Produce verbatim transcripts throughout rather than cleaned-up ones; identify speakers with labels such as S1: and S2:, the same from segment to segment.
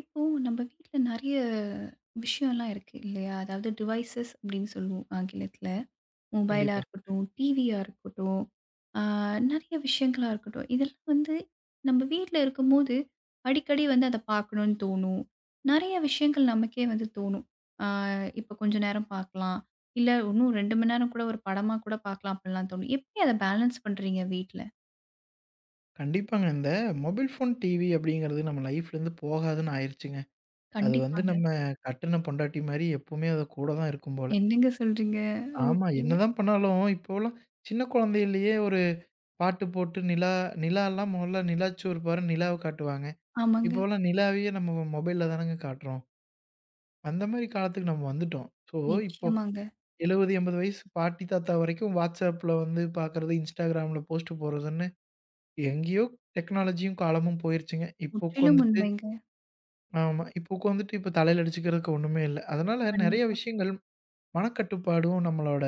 S1: இப்போ நம்ம வீட்ல நெறைய விஷயம்லாம் இருக்கு இல்லையா? அதாவது டிவைஸஸ் அப்படின்னு சொல்லுவோம் ஆங்கிலத்தில. மொபைலா
S2: கண்டிப்பா.
S1: இருக்கட்டும், டிவியா இருக்கட்டும், ஆ நெறைய விஷயங்களா இருக்கட்டும். இதெல்லாம் வந்து நம்ம வீட்ல இருக்கும்போது, அடிக்கடி வந்து அத பார்க்கணும்னு தோணும். நெறைய விஷயங்கள் நமக்கே வந்து தோணும். ஆ இப்போ கொஞ்ச நேரம் பார்க்கலாம். இல்ல இன்னும் ரெண்டு மணி நேரம் கூட ஒரு படமா கூட பார்க்கலாம் அப்படிலாம் தோணும். எப்படி அத பேலன்ஸ் பண்றீங்க வீட்ல?
S2: கண்டிப்பாங்க. இந்த மொபைல் ஃபோன், டிவி அப்படிங்கிறது நம்ம லைஃப்லேருந்து போகாதுன்னு ஆயிருச்சுங்க. அது வந்து
S1: கண்டிப்பாங்க.
S2: நம்ம கட்டுன பொண்டாட்டி மாரி எப்பவுமே அது கூட தான் இருக்கும் போல.
S1: என்னங்க சொல்றீங்க?
S2: ஆமா,
S1: ஓகே.
S2: என்னதான் பண்ணாலும் இப்போலாம் சின்ன குழந்தையிலேயே ஒரு பாட்டு போட்டு நிலா நிலாலாம் முதல்ல நிலாச்சோறு பாரு நிலாவ காட்டுவாங்க.
S1: ஆமாங்க.
S2: இப்போலாம் நிலாவையே நம்ம மொபைல்ல தானங்க காட்டுறோம். அந்த மாரி காலத்துக்கு நம்ம வந்துட்டோம். ஸோ, இப்போ
S1: நிச்சயமாங்க.
S2: எழுபது, எண்பது வயசு பாட்டி, தாத்தா வரைக்கும் WhatsAppல வந்து பார்க்குறது, Instagramல போஸ்ட் போடுறதுன்னு எங்கேயோ டெக்னாலஜியும் காலமும் போயிருச்சுங்க. இப்போ
S1: முற்றிலும்
S2: உட்காந்துட்டு
S1: உண்மைங்க.
S2: ஆமா. இப்போ உட்காந்துட்டு இப்ப தலையில அடிச்சுக்கிறதுக்கு ஒண்ணுமே இல்ல. அதனால நெறைய
S1: கண்டிப்பா.
S2: விஷயங்கள் மனக்கட்டுப்பாடும், நம்மளோட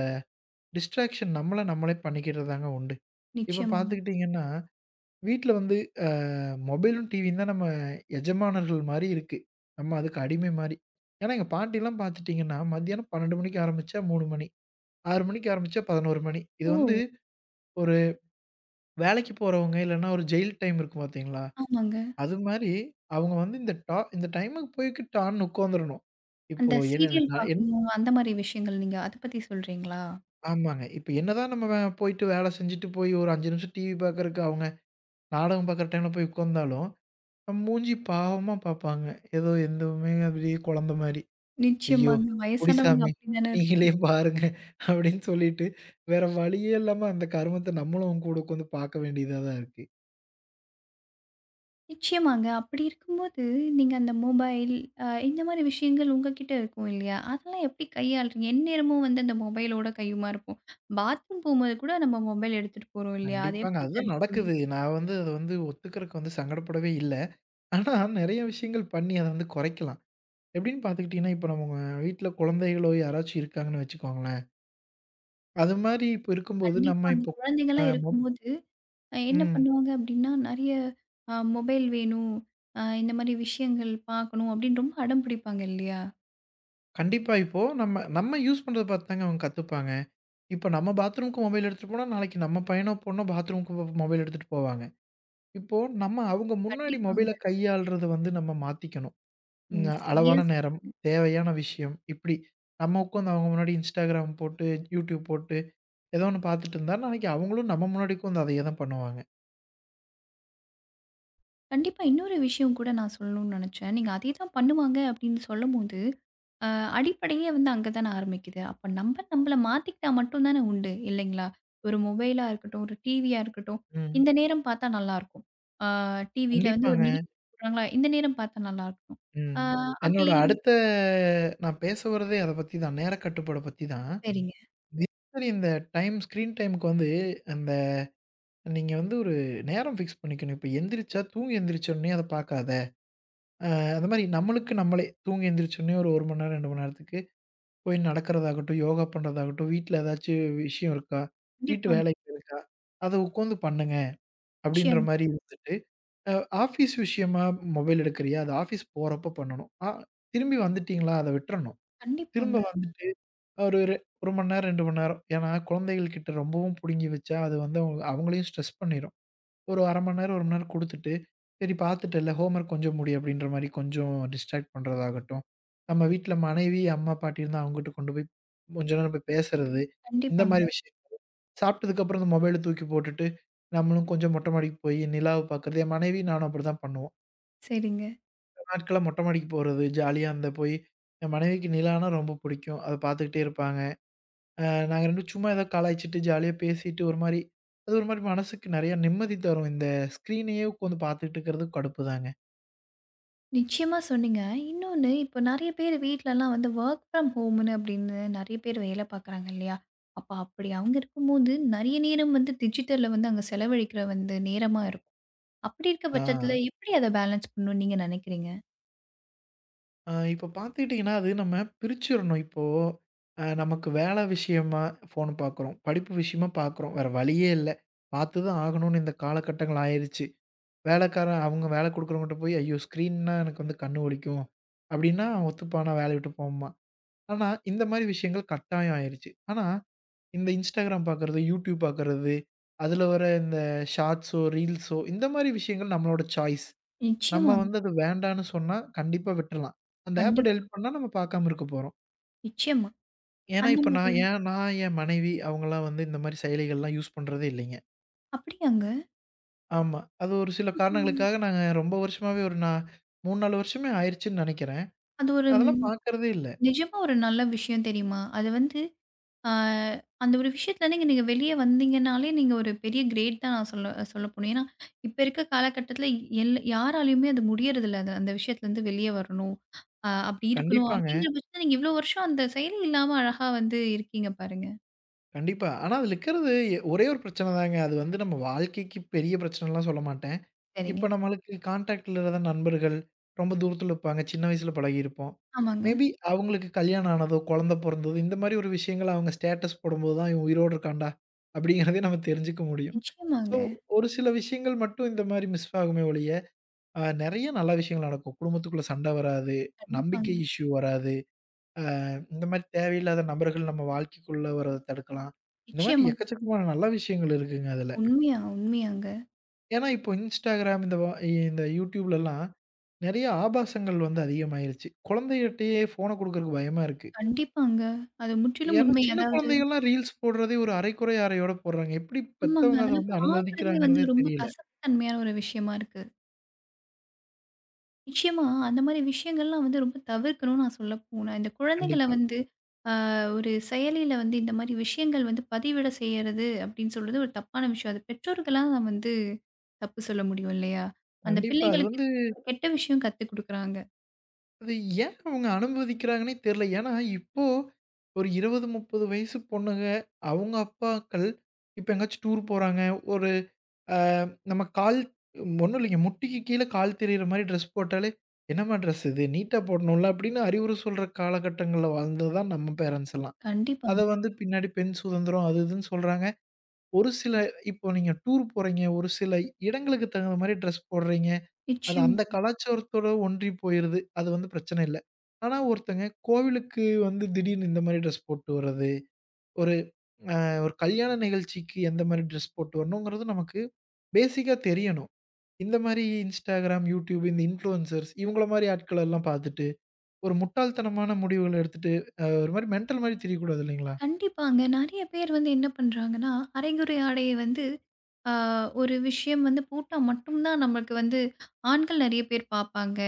S2: டிஸ்ட்ராக்ஷன் நம்மள நம்மளே பண்ணிக்கிறது தாங்க உண்டு. இப்ப
S1: நிச்சயமாங்க.
S2: பார்த்துக்கிட்டீங்கன்னா, வீட்ல வந்து அ மொபைலும், டிவியும் தான் நம்ம எஜமானர்கள் மாரி இருக்கு. நம்ம அதுக்கு அடிமை மாரி. ஏன்னா எங்க பாட்டிலாம் பார்த்துட்டீங்கன்னா, மத்தியானம் பன்னிரண்டு மணிக்கு ஆரம்பிச்சா மூணு மணி, ஆறு மணிக்கு ஆரம்பிச்சா பதினொன்று மணி. இது வந்து
S1: ஓ!
S2: ஒரு வேலைக்கு போறவங்க இல்லன்னா ஒரு ஜெயில் டைம் இருக்கும் பார்த்தீங்களா?
S1: ஆமாங்க.
S2: அது மாரி, அவங்க வந்து இந்த டா இந்த டைமுக்கு போய்க்கு டான்னு உட்காந்துரணும். இப்போ
S1: அந்த
S2: என்ன
S1: சீரியல்
S2: நான் என்
S1: பார்க்கணும் அந்த மாரி விஷயங்கள் நீங்க அத பத்தி சொல்றீங்களா?
S2: ஆமாங்க. இப்ப என்னதான் நம்ம வே போயிட்டு வேலை செஞ்சுட்டு போய் ஒரு அஞ்சு நிமிஷம் டிவி பார்க்கறக்கு அவங்க நாடகம் பார்க்குற டைம்ல போய் உட்காந்தாலும், நம்ம மூஞ்சி பாவமா பார்ப்பாங்க. ஏதோ எதுவுமே அப்படியே குழந்த மாரி. "ஐயோ!
S1: நிச்சயமாங்க.
S2: பொடி
S1: வயசானவங்க
S2: சாமி
S1: அப்படிதானே இருக்கும்.
S2: நீங்களே பாருங்க" அப்படின்னு சொல்லிட்டு, வேற வழியே இல்லாம அந்த கருமத்த நம்மளும் அவங்க கூட உட்காந்து பார்க்க வேண்டியதா தான் இருக்கு.
S1: நிச்சயமாங்க. அப்படி இருக்கும்போது நீங்க அந்த மொபைல் அ இந்த மாரி விஷயங்கள் உங்ககிட்ட இருக்கும் இல்லையா? அதெல்லாம் எப்படி கையாளுறீங்க? எந்நேரமும் வந்து அந்த மொபைலோட கையுமா இருப்போம். பாத்ரூம் போம்போது கூட நம்ம மொபைல் எடுத்துட்டு போறோம் இல்லையா? அத
S2: கண்டிப்பாங்க.
S1: எப்படி
S2: அதுதான்
S1: தடுப்பீங்க?
S2: நடக்குது. நான் வந்து அத வந்து ஒத்துக்கிறக்கு வந்து சங்கடப்படவே இல்ல. ஆனா, நெறைய விஷயங்கள் பண்ணி அத வந்து குறைக்கலாம். எப்படின்னு பார்த்துக்கிட்டீங்கன்னா, இப்ப நம்ம வீட்ல குழந்தைகளோ யாராச்சும் இருக்காங்கன்னு வச்சுக்கோங்களேன். அது மாரி இப்ப இருக்கும்போது
S1: கண்டிப்பா
S2: நம்ம
S1: அந்த
S2: இப்போ அ
S1: குழந்தைங்கலாம்
S2: மொப்
S1: இருக்கும்போது அ என்ன
S2: ம்.
S1: பண்ணுவாங்க அப்டின்னா, நெறைய அ மொபைல் வேணும். அ இந்த மாரி விஷயங்கள் பார்க்கணும் அப்டின்னு ரொம்ப அடம் பிடிப்பாங்க இல்லையா?
S2: கண்டிப்பா. இப்போ நம்ம நம்ம யூஸ் பண்றத பார்த்துதாங்க அவங்க கத்துப்பாங்க. இப்ப நம்ம பாத்ரூம்க்கு மொபைல் எடுத்துட்டு போனா, நாளைக்கு நம்ம பையனோ, பொண்ணோ பாத்ரூம்க்கு மொ மொபைல் எடுத்துட்டு போவாங்க. இப்போ நம்ம அவங்க முன்னாடி மொபைல
S1: கண்டிப்பாங்க.
S2: கையாள்றத வந்து நம்ம மாத்திக்கணும்.
S1: ம்.
S2: ம்
S1: சரியா
S2: அளவான நேரம்,
S1: சொன்னீங்க.
S2: தேவையான விஷயம், இப்படி. நம்ம உட்காந்து அவங்க முன்னாடி Instagram போட்டு, YouTube போட்டு ஏதோ ஒண்ணு பார்த்துட்டு இருந்தா, நாளைக்கு அவங்களும் நம்ம முன்னாடிக்கு வந்து அதையே தான் பண்ணுவாங்க.
S1: கண்டிப்பா இன்னொரு விஷயம் கூட நான் சொல்லணும்னு நெனச்சேன். நீங்க அதே தான் பண்ணுவாங்க அப்டின்னு சொல்லும்போது, அ அடிப்படையே வந்து அங்க தான ஆரம்பிக்குது. அப்ப நம்ம நம்மள மாத்திக்கிட்டா மட்டும் தானே உண்டு இல்லைங்களா? ஒரு மொபைலா இருக்கட்டும், ஒரு டிவியா இருக்கட்டும்.
S2: ம்.
S1: இந்த நேரம் பார்த்தா நல்லாருக்கும். அ டிவில வந்து ஒரு
S2: கண்டிப்பாங்க.
S1: நிகழ்ச்சி போடுறாங்களா, இந்த நேரம் பார்த்தா நல்லாருக்கும். அ
S2: ம்.
S1: கண்டிப்பா. அப்டி
S2: என்னோட
S1: இல்
S2: அடுத்த நான் பேச வரதே அத பத்தி தான். நேர கட்டுப்பாட பத்தி தான்.
S1: சரிங்க.
S2: தினசரி இந்த டைம் ஸ்க்ரீன் டைம்க்கு வந்து அந்த நீங்க வந்து ஒரு நேரம் ஃபிக்ஸ் பண்ணிக்கணும். இப்ப எந்திரிச்சா தூங்கி எந்திரிச்சோனே அத பார்க்காத. அ அந்த மாரி நம்மளுக்கு நம்மளே தூங்கி எந்திரிச்சோனே ஒரு 1 மணி நேரம், ரெண்டு மணி நேரத்துக்கு போய் நடக்கிறதாகட்டும், யோகா பண்றதாகட்டும், வீட்ல ஏதாச்சும் விஷயம் இருக்கா? வீட்டு
S1: கண்டிப்பாங்க.
S2: வேலைகள் இருக்கா? அத உட்காந்து பண்ணுங்க. அப்படின்ற
S1: நிச்சயமா.
S2: மாரி இருந்துட்டு அ ஆஃபீஸ் விஷயமா மொபைல் எடுக்கிறியா? அது ஆஃபீஸ் போறப்ப பண்ணணும். ஆ திரும்பி வந்துட்டீங்களா? அத விட்டுறணும். திரும்ப
S1: கண்டிப்பாங்க,
S2: வந்துட்டு ஒரு ரெ ஒரு மணி நேரம், ரெண்டு மணி நேரம். ஏன்னா, குழந்தைகள் கிட்ட ரொம்பவும் புடுங்கி வச்சா, அது வந்து அவங்க அவங்களையும் ஸ்ட்ரெஸ் பண்ணிரும். ஒரு அரை மணி நேரம், ஒரு மணி நேரம் குடுத்துட்டு, "சரி பாத்துட்டல்ல, ஹோம்வொர்க் கொஞ்சம் முடி" அப்படின்ற மாரி கொஞ்சம் டிஸ்ட்ராக்ட் பண்றதாகட்டும். நம்ம வீட்ல மனைவி, அம்மா, பாட்டி இருந்தா அவங்ககிட்ட கொண்டு போய் கொஞ்ச நேரம் போய் பேசுறது. இந்த
S1: கண்டிப்பாங்க.
S2: மாரி விஷயம். சாப்பிட்டதுக்கு அப்புறம் இந்த மொபைல தூக்கி போட்டுட்டு, நம்மளும் கொஞ்சம் மொட்டை மாடிக்கு போய் நிலாவ பாக்குறது. என் மனைவி, நானும் அப்படிதான் பண்ணுவோம்.
S1: சரிங்க.
S2: நாட்களா மொட்டை மாடிக்கு போறது, ஜாலியா அந்த போய் என் மனைவிக்கு நிலான்னா ரொம்ப பிடிக்கும். அத பார்த்துக்கிட்டே இருப்பாங்க. அ நாங்க ரெண்டு பேரும் சும்மா ஏதோ கலாய்ச்சிட்டு, ஜாலியா பேசிட்டு ஒரு மாரி அது ஒரு மாரி மனசுக்கு நெறைய நிம்மதி தரும். இந்த ஸ்க்ரீனையே உட்காந்து பார்த்துட்டு இருக்கிறது கடுப்பு தாங்க.
S1: நிச்சயமா சொன்னீங்க. இன்னொன்னு இப்போ நெறைய பேர் வீட்லலாம் வந்து வொர்க் ஃப்ரம் ஹோம்னு அப்படின்னு நெறைய பேர் வேல பார்க்குறாங்க இல்லையா? அப்ப அப்படி அவங்க இருக்கும்போது நெறைய நேரம் வந்து டிஜிட்டல்ல வந்து அங்க செலவழிக்கிற வந்து நேரமா இருக்கும். அப்படி இருக்க
S2: ஆ.
S1: பட்சத்தில எப்படி அத பேலன்ஸ் பண்ணணும்னு நீங்க நினைக்கிறீங்க?
S2: ஆ இப்ப பார்த்துக்கிட்டிங்கன்னா, அது நம்ம பிரிச்சிரணும். இப்போ அ நமக்கு வேலை விஷயமா ஃபோன் பார்க்குறோம். படிப்பு விஷயமா பார்க்குறோம். வேற வழியே இல்ல. பார்த்து தான் ஆகணும்னு இந்த காலகட்டங்கள் ஆயிருச்சு. வேலைக்காரன் அவங்க வேலை குடுக்குறவங்ககிட்ட போய், "ஐயோ! ஸ்க்ரீன்னா எனக்கு வந்து கண்ணு வலிக்கும்." அப்படீன்னா அவன் ஒத்துப்பானா? வேலைய விட்டு போம்மா. ஆனா, இந்த மாரி விஷயங்கள் கட்டாயம் ஆயிருச்சு. ஆனா, இந்த Instagram பார்க்கறது, YouTube பார்க்கறது, அதுல வர இந்த ஷார்ட்ஸோ, ரீல்ஸோ இந்த மாரி விஷயங்கள் நம்மளோட சாய்ஸ். நம்ம
S1: நிச்சயமாங்க.
S2: வந்து அது வேண்டான்னு சொன்னா, கண்டிப்பா விட்டுறலாம். அந்த ஆப்ப
S1: கண்டிப்பா.
S2: டெலிட் பண்ணா நம்ம பார்க்காம இருக்க போறோம்.
S1: நிச்சயமா.
S2: ஏன்னா,
S1: அந்த
S2: இப்ப
S1: மாதிரி
S2: நான்
S1: ஒரு
S2: ஏன் நான், என் மனைவி அவங்கலாம் வந்து இந்த மாரி செயலிகள்லாம் யூஸ் பண்றதே இல்லைங்க.
S1: அப்படியாங்க?
S2: ஆமா. அது ஒரு சில
S1: ஒரு-
S2: காரணங்களுக்காக நாங்க ரொம்ப வருஷமாவே ஒரு நான் மூணு, நாலு வருஷமே ஆயிருச்சுன்னு நெனைக்கிறேன்.
S1: அது ஒரு ம்,
S2: அதெல்லாம் பார்க்கறதே இல்ல.
S1: நிஜமா ஒரு நல்ல விஷயம் தெரியுமா? அது வந்து ஆ, அந்த ஒரு விஷயத்துலேருந்து நீங்க வெளியே வந்தீங்கனாலே, நீங்க ஒரு பெரிய கிரேட் தான் நான் சொல்ல சொல்ல போணும். ஏன்னா, இப்ப இருக்க காலகட்டத்தில எல் யாராலயுமே அது முடியறதில்ல. அது அந்த விஷயத்துலேருந்து வெளியே வரணும். அ அப்படி இருக்கணும்.
S2: கண்டிப்பாங்க.
S1: அப்படிங்கிற பட்சத்தில நீங்க இவ்வளோ வருஷம் அந்த செயலி இல்லாம அழகா வந்து இருக்கீங்க பாருங்க.
S2: கண்டிப்பா. ஆனா அதுல இருக்கிறது எ ஒரே ஒரு பிரச்சனதாங்க. அது வந்து நம்ம வாழ்க்கைக்கு பெரிய பிரச்சனலாம் சொல்ல மாட்டேன்.
S1: சரிங்க.
S2: இப்ப நம்மளுக்கு கான்டாக்ட்ல இருந்த நண்பர்கள், ரொம்ப தூரத்துல இருப்பாங்க. சின்ன வயசுல பழகியிருப்போம்.
S1: ஆமாங்க.
S2: மேபி அவங்களுக்கு கல்யாணம் ஆனதோ, குழந்தை பொறந்ததோ, இந்த மாரி ஒரு விஷயங்கள் அவங்க ஸ்டேட்டஸ் போடும்போது தான், "இவன் உயிரோட இருக்கான்டா" அப்படிங்கிறதே நம்ம தெரிஞ்சுக்க முடியும். ஸோ,
S1: நிச்சயமாங்க.
S2: ஒரு சில விஷயங்கள் மட்டும் இந்த மாரி மிஸ் ஆகுமே ஒழிய, அ நெறைய நல்ல விஷயங்கள் நடக்கும். குடும்பத்துக்குள்ள சண்ட வராது, நம்பிக்கை
S1: கண்டிப்பாங்க.
S2: இஷ்யூ வராது. இந்த மாரி தேவையில்லாத நபர்கள் நம்ம வாழ்க்கைக்குள்ள வரத தடுக்கலாம். இந்த மாரி
S1: நிச்சயமாங்க.
S2: எக்கச்சக்கமான நல்ல விஷயங்கள் இருக்குங்க அதுல.
S1: உண்மையா, உண்மையாங்க.
S2: ஏன்னா இப்போ Instagram இந்த வ இந்த YouTubeலலாம் நெறைய ஆபாசங்கள் வந்து அதிகமாயிருச்சு. குழந்தைகட்டயே ஃபோன குடுக்குறக்கு பயமா இருக்கு.
S1: கண்டிப்பாங்க. அது முற்றிலும்
S2: ஏன்னா
S1: உண்மை.
S2: சின்ன
S1: அதாவது
S2: குழந்தைகள்லாம் ரீல்ஸ் போடுறதே ஒரு அரைகுறை ஆடையோட போடுறாங்க. எப்படி
S1: ஆமாங்க.
S2: பெத்தவங்க அத
S1: அதெல்லாம்
S2: வந்து
S1: பார்க்கறதே
S2: அனுமதிக்கிறாங்கறதே
S1: வந்து ரொம்ப
S2: தெரியல.
S1: கசப்புத்தன்மையான ஒரு விஷயமா இருக்கு. நிச்சயமா, அந்த மாரி விஷயங்கள்லாம் வந்து ரொம்ப தவிர்க்கணும்னு நான் சொல்ல போனேன். இந்த குழந்தைங்கள
S2: கண்டிப்பா.
S1: வந்து அ ஒரு செயலியில வந்து இந்த மாரி விஷயங்கள் வந்து பதிவிட செய்யறது அப்படின்னு சொல்றது ஒரு தப்பான விஷயம். அது பெற்றோர்களா நான் வந்து தப்பு சொல்ல முடியும் இல்லையா? அந்த கண்டிப்பா.
S2: கண்டிப்பா. அது
S1: பிள்ளைகளுக்கு
S2: வந்து
S1: கெட்ட விஷயம் கத்துக் குடுக்குறாங்க.
S2: அது ஏன் அவங்க அனுமதிக்கிறாங்கன்னே தெரியல. ஏன்னா, இப்போ ஒரு இருபது, முப்பது வயசு பொண்ணுங்க, அவங்க அப்பாக்கள் இப்ப எங்கேயாச்சும் டூர் போறாங்க. ஒரு அ நம்ம கால் ஒண்ணும் இல்லைங்க. முட்டிக்கு கீழ கால் தெரியிற மாரி ட்ரெஸ் போட்டாலே, "என்னம்மா ட்ரெஸ் இது? நீட்டா போடணும்ல." அப்படின்னு அறிவுரை சொல்ற காலகட்டங்கள்ல வாழ்ந்தது தான் நம்ம பேரண்ட்ஸ் எல்லாம். அத
S1: கண்டிப்பாங்க.
S2: வந்து பின்னாடி பெண் சுதந்திரம் அது இதுன்னு சொல்றாங்க. ஒரு சில இப்போ நீங்க டூர் போறீங்க, ஒரு சில இடங்களுக்கு தகுந்த மாரி ட்ரெஸ் போடுறீங்க. அது
S1: நிச்சயமா.
S2: அந்த கலாச்சாரத்தோட ஒன்றி போயிருது. அது வந்து பிரச்சனை இல்ல. ஆனா ஒருத்தங்க கோவிலுக்கு வந்து திடீர்னு இந்த மாரி ட்ரெஸ் போட்டு வர்றது, ஒரு அ ஒரு கல்யாண நிகழ்ச்சிக்கு எந்த மாரி ட்ரெஸ் போட்டு வரணுங்கிறது நமக்கு பேசிக்கா தெரியணும். இந்த மாரி Instagram, YouTube இந்த இன்ஃப்ளூயன்சர்ஸ் இவங்கள மாரி ஆட்கள எல்லாம் பார்த்துட்டு, ஒரு முட்டாள்தனமான முடிவுகள எடுத்துட்டு, அ ஒரு மாரி மென்டல் மாரி திரியக்கூடாது இல்லைங்களா?
S1: கண்டிப்பாங்க. நெறைய பேர் வந்து என்ன பண்றாங்கன்னா, அரைகுறை ஆடைய வந்து ஆ ஒரு விஷயம் வந்து போட்டா மட்டும் தான் நமக்கு வந்து ஆண்கள் நெறைய பேர் பார்ப்பாங்க.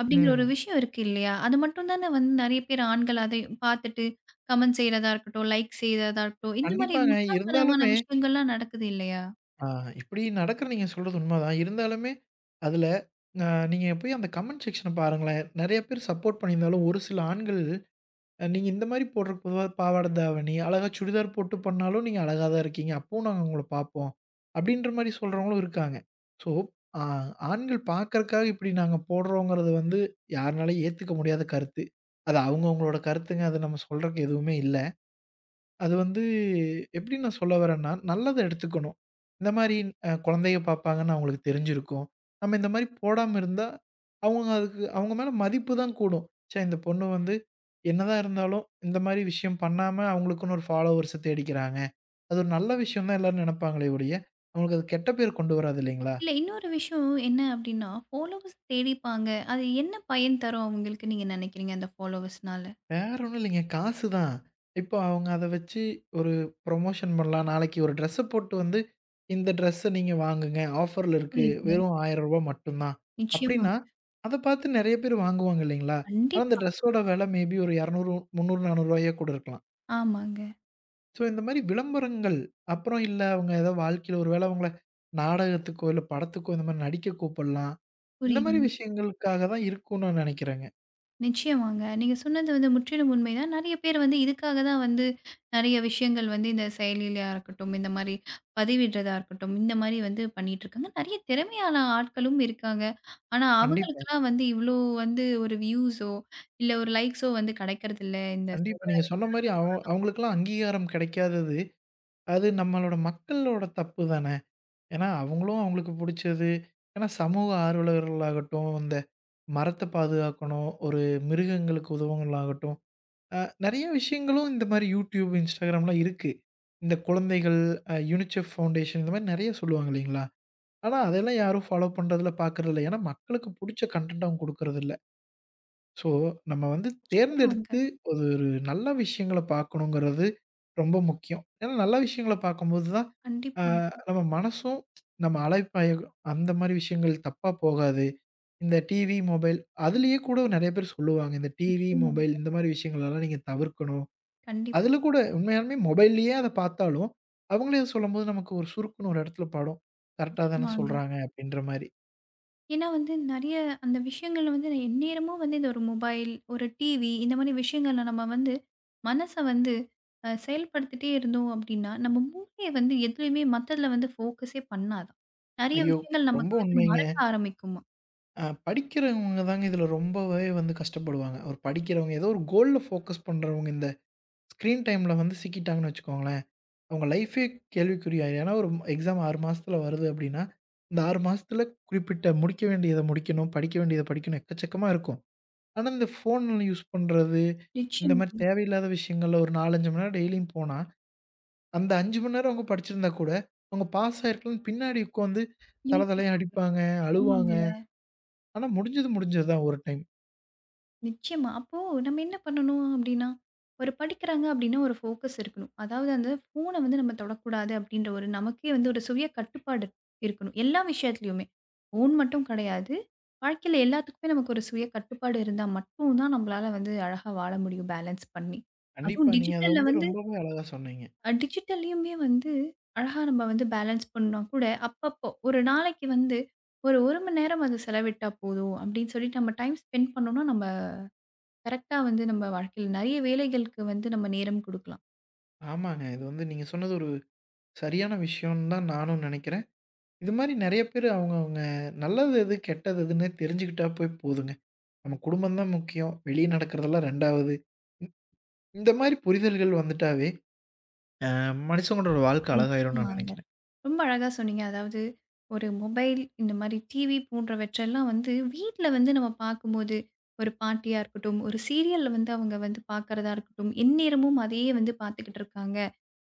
S1: அப்படிங்கிற ஒரு
S2: ம்.
S1: விஷயம் இருக்கு இல்லையா? அது மட்டும் தானே வந்து நெறைய பேர் ஆண்கள் அதை பார்த்துட்டு கமெண்ட் செய்றதா இருக்கட்டும், லைக் செய்றதா இருக்கட்டும். இந்த மாரி
S2: கண்டிப்பாங்க.
S1: முட்டாள்தனமான
S2: இருந்தாலுமே
S1: விஷயங்கள்லாம் நடக்குது இல்லையா?
S2: ஆ, இப்படி நடக்கிற நீங்க சொல்றது உண்மதான். இருந்தாலுமே, அதில அ நீங்க போய் அந்த கமெண்ட் செக்ஷன பாருங்களேன். நெறைய பேர் சப்போர்ட் பண்ணியிருந்தாலும், ஒரு சில ஆண்கள் அ நீங்க இந்த மாரி போடுறதுக்கு பொதுவா பாவாடை தாவணி, அழகா சுடிதார் போட்டு பண்ணாலும் நீங்க அழகா தான் இருக்கீங்க. அப்பவும் நாங்க உங்கள பார்ப்போம். அப்படின்ற மாரி சொல்றவங்களும் இருக்காங்க. ஸோ, ஆ ஆண்கள் பார்க்கறக்காக இப்படி நாங்க போடுறோங்கிறது வந்து யாருனாலயும் ஏத்துக்க முடியாத கருத்து. அது அவங்கவங்களோட கருத்துங்க. அத நம்ம சொல்றதுக்கு எதுவுமே இல்ல. அது வந்து எப்படி நான் சொல்ல வரேன்னா, நல்லத எடுத்துக்கணும். இந்த மாரி அ குழந்தைக பார்ப்பாங்கன்னு அவங்களுக்கு தெரிஞ்சிருக்கும். நம்ம இந்த மாரி போடாம இருந்தா, அவங்க அதுக்கு அவங்க மேல மதிப்பு தான் கூடும். ச்சே! இந்த பொண்ணு வந்து என்னதான் இருந்தாலும், இந்த மாரி விஷயம் பண்ணாம அவங்களுக்குன்னு ஒரு ஃபாலோவர்ஸ தேடிக்கிறாங்க. அது ஒரு நல்ல விஷயம் தான் எல்லாரும் நெனப்பாங்களே ஒழிய, அவங்களுக்கு அது கெட்ட பேர் கொண்டு வராது இல்லைங்களா?
S1: இல்ல இன்னொரு விஷயம் என்ன அப்படின்னா, ஃபாலோவர்ஸ் தேடிப்பாங்க. அது என்ன பயன் தரும் அவங்களுக்கு நீங்க நெனைக்கிறீங்க அந்த ஃபாலோவர்ஸ்னால?
S2: வேற ஒண்ணும் இல்லைங்க. காசு தான். இப்போ அவங்க அத வச்சு ஒரு புரமோஷன் பண்ணலாம். நாளைக்கு ஒரு ட்ரெஸ்ஸ போட்டு வந்து, இந்த ட்ரெஸ்ஸ நீங்க வாங்குங்க. ஆஃபர்ல இருக்கு.
S1: புரியுதுங்க.
S2: வெறும் ரூ. ஆயிரம் மட்டும் தான். அப்படின்னா,
S1: நிச்சயமாங்க.
S2: அத பார்த்து நெறைய பேர் வாங்குவாங்க இல்லைங்களா? ஆனா அந்த
S1: கண்டிப்பா.
S2: ட்ரெஸ்ஸோட விலை மேபி ஒரு இருநூறு, முந்நூறு, ரூ. நானூறு கூட இருக்கலாம்.
S1: ஆமாங்க.
S2: ஸோ இந்த மாரி விளம்பரங்கள், அப்புறம் இல்ல அவங்க ஏதோ வாழ்க்கையில ஒரு வேளை அவங்கள நாடகத்துக்கோ, இல்ல படத்துக்கோ இந்த மாரி நடிக்க கூப்பிடலாம். இந்த மாரி
S1: புரியுதுங்க.
S2: விஷயங்களுக்காக தான் இருக்கும்னு நான் நெனைக்கிறேங்க.
S1: நிச்சயமாங்க. நீங்க சொன்னது வந்து முற்றிலும் உண்மைதான். நெறைய பேர் வந்து இதுக்காக தான் வந்து நெறைய விஷயங்கள் வந்து இந்த செயலிலயா இருக்கட்டும், இந்த மாரி பதிவிடுறதா இருக்கட்டும், இந்த மாரி வந்து பண்ணிட்டுருக்காங்க. நெறைய திறமையான ஆட்களும் இருக்காங்க. ஆனா
S2: கண்டிப்பா.
S1: அவங்களுக்கெல்லாம் வந்து இவ்ளோ வந்து ஒரு வியூஸோ, இல்ல ஒரு லைக்ஸோ வந்து கிடைக்கிறதில்ல இந்த செயல்ல.
S2: கண்டிப்பா. நீங்க சொன்ன மாரி அவ அவங்களுக்கெல்லாம் அங்கீகாரம் கிடைக்காதது, அது நம்மளோட மக்களோட தப்பு தானே. ஏன்னா அவங்களும் அவங்களுக்கு புடிச்சது ஏன்னா சமூக ஆர்வலர்களாகட்டும், இந்த மரத்த பாதுகாக்கணும், ஒரு மிருகங்களுக்கு உதவுங்களாகட்டும், அ நெறைய விஷயங்களும் இந்த மாரி YouTube, Instagramலாம் இருக்கு. இந்த குழந்தைகள் அ யுனிசெஃப் ஃபவுண்டேஷன் இந்த மாரி நெறைய சொல்லுவாங்க இல்லைங்களா? ஆனா அதெல்லாம் யாரும் ஃபாலோ பண்றதில்ல, பார்க்கறதில்ல. ஏன்னா மக்களுக்கு புடிச்ச கன்டென்ட் அவங்க குடுக்கறதில்ல. ஸோ, நம்ம வந்து
S1: நிச்சயமாங்க.
S2: தேர்ந்தெடுத்து ஒரு ஒரு நல்ல விஷயங்கள பார்க்கணுங்கிறது ரொம்ப முக்கியம். ஏன்னா நல்ல விஷயங்கள பார்க்கும்போது தான், அ
S1: கண்டிப்பாங்க.
S2: நம்ம மனசும் நம்ம அலைப்பாயும் அந்த மாரி விஷயங்கள் தப்பா போகாது. இந்த டிவி, மொபைல் அதிலேயே கூட நெறைய பேர் சொல்லுவாங்க. இந்த டிவி, மொபைல்
S1: நிச்சயமாங்க.
S2: இந்த மாரி விஷயங்களெல்லாம் நீங்க தவிர்க்கணும்.
S1: கண்டிப்பா.
S2: அதில கூட உண்மையாலுமே மொபைல்லயே அத பார்த்தாலும், அவங்களே அத சொல்லும்போது நமக்கு ஒரு சுருக்குன்னு ஒரு இடத்துல படும். கரெக்ட்டா தானே
S1: நிச்சயமாங்க.
S2: சொல்றாங்க அப்படின்ற மாரி.
S1: ஏன்னா வந்து நெறைய அந்த விஷயங்கள்ல வந்து நான் எந்நேரமும் வந்து இந்த ஒரு மொபைல், ஒரு டிவி இந்த மாரி விஷயங்கள்ல நம்ம வந்து மனச வந்து அ செயல்படுத்திட்டே இருந்தோம் அப்டின்னா, நம்ம மூளைய வந்து எதுலயுமே மத்ததுல வந்து ஃபோக்கஸே பண்ணாதாம். நெறைய
S2: ஐயோ!
S1: விஷயங்கள்
S2: ரொம்ப
S1: நமக்கு வந்து
S2: உண்மைங்க.
S1: மறக்க ஆரம்பிக்குமாம்.
S2: அ படிக்கிறவங்க தாங்க இதில ரொம்பவே வந்து கஷ்டப்படுவாங்க. ஒரு படிக்கிறவங்க ஏதோ ஒரு கோல்ல ஃபோக்கஸ் பண்றவங்க இந்த ஸ்க்ரீன் டைம்ல வந்து சிக்கிட்டாங்கன்னு வச்சுக்கோங்களேன், அவங்க லைஃபே கேள்விக்குறி ஆயிரும். ஏன்னா ஒரு எக்ஸாம் ஆறு மாசத்துல வருது அப்டின்னா, இந்த ஆறு மாசத்துல குறிப்பிட்ட முடிக்க வேண்டியத முடிக்கணும், படிக்க வேண்டியத படிக்கணும் எக்கச்சக்கமா இருக்கும். ஆனா இந்த ஃபோன் யூஸ் பண்றது, இந்த மாரி
S1: நிச்சயமாங்க.
S2: தேவையில்லாத விஷயங்கள்ல ஒரு நாலு, அஞ்சு மணி நேரம் டெய்லியும் போனா, அந்த அஞ்சு மணி நேரம் அவங்க படிச்சிருந்தா கூட, அவங்க பாஸ் ஆயிருக்கலாம்னு பின்னாடி உட்காந்து தல தலையா
S1: யோசிப்பா
S2: அடிப்பாங்க, அழுவாங்க.
S1: ஆமாங்க.
S2: ஆனா முடிஞ்சது முடிஞ்சது தான் ஒரு டைம்.
S1: நிச்சயமா. அப்போ நம்ம என்ன பண்ணணும் அப்டின்னா, ஒரு படிக்கிறாங்க அப்டின்னா ஒரு ஃபோக்கஸ் இருக்கணும். அதாவது அந்த ஃபோன வந்து நம்ம தொடக்கூடாது அப்டின்ற ஒரு நமக்கே வந்து ஒரு சுய கட்டுப்பாடு இருக்கணும். எல்லா விஷயத்துலயுமே. ஃபோன் மட்டும் கிடையாது. வாழ்க்கையில எல்லாத்துக்குமே நமக்கு ஒரு சுய கட்டுப்பாடு இருந்தா மட்டும் தான் நம்மளால வந்து அழகா வாழ முடியும் பேலன்ஸ் பண்ணி.
S2: கண்டிப்பா.
S1: அதுவும்
S2: நீங்க அத
S1: டிஜிட்டல்ல
S2: வந்து
S1: வந்து
S2: ரொம்பவே அழகா சொன்னீங்க.
S1: அ டிஜிட்டல்லயுமே வந்து அழகா நம்ம வந்து பேலன்ஸ் பண்ணா கூட, அப்பப்போ ஒரு நாளைக்கு வந்து ஒரு 1 மணி நேரம் அது செலவிட்டா போதும் அப்டின்னு சொல்லிட்டு நம்ம டைம் ஸ்பெண்ட் பண்ணோம்னா நம்ம கரெக்ட்டா வந்து நம்ம வாழ்க்கையில நெறைய வேலைகளுக்கு வந்து நம்ம நேரம் குடுக்கலாம்.
S2: ஆமாங்க. இது வந்து நீங்க சொன்னது ஒரு சரியான விஷயம்னு தான் நானும் நெனைக்கிறேன். இது மாரி நெறைய பேரு அவங்கவங்க நல்லது எது, கெட்டது எதுன்னே தெரிஞ்சுக்கிட்டா போய் போதுங்க. நம்ம குடும்பம் தான் முக்கியம். வெளிய நடக்கிறதெல்லாம் ரெண்டாவது. இந்த மாரி புரிதல்கள் வந்துட்டாவே, அ மனுஷங்களோட வாழ்க்கை அழகாயிரும்னு நான்
S1: நிச்சயமாங்க.
S2: நெனைக்கிறேன்.
S1: ரொம்ப அழகா சொன்னீங்க. அதாவது ஒரு மொபைல், இந்த மாரி டிவி போன்றவற்றெல்லாம் வந்து வீட்ல வந்து நம்ம பார்க்கும்போது, ஒரு பாட்டியா இருக்கட்டும், ஒரு சீரியல்ல வந்து அவங்க வந்து பார்க்கிறதா இருக்கட்டும், எந்நேரமும் அதையே வந்து பார்த்துக்கிட்டு இருக்காங்க.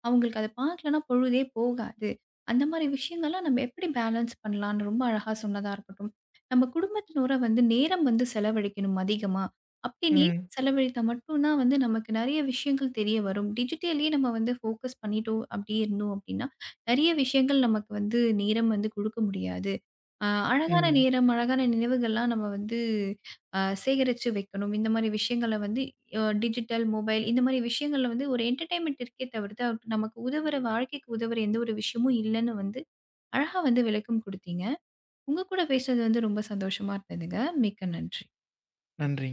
S1: அவங்களுக்கு அத பார்க்கலன்னா பொழுதே போகாது. அந்த மாரி விஷயங்கள்லாம் நம்ம எப்படி பேலன்ஸ் பண்ணலான்னு ரொம்ப அழகா சொன்னதா இருக்கட்டும். நம்ம குடும்பத்தினோட வந்து நேரம் வந்து செலவழிக்கணும் அதிகமா. அப்படி நேரம்
S2: ம்,
S1: செலவழித்தா மட்டும் தான் வந்து நமக்கு நெறைய விஷயங்கள் தெரிய வரும். டிஜிட்டலயே நம்ம வந்து ஃபோக்கஸ் பண்ணிட்டோம் அப்படியே இருந்தோம் அப்படின்னா, நெறைய விஷயங்கள் நமக்கு வந்து நேரம் வந்து குடுக்க முடியாது. அ அழகான
S2: ம்.
S1: நேரம், அழகான நினைவுகள்லாம் நம்ம வந்து அ சேகரிச்சு வைக்கணும். இந்த மாரி விஷயங்கள வந்து அ டிஜிட்டல், மொபைல் இந்த மாரி விஷயங்கள்ல வந்து ஒரு என்டர்டெயின்மென்ட் இருக்கே தவிர்த்து, அவ- நமக்கு உதவுற வாழ்க்கைக்கு உதவுற எந்த ஒரு விஷயமும் இல்லன்னு வந்து அழகா வந்து விளக்கம் குடுத்தீங்க. உங்க கூட பேசுனது வந்து ரொம்ப சந்தோஷமா இருந்ததுங்க. மிக்க நன்றி.
S2: நன்றி.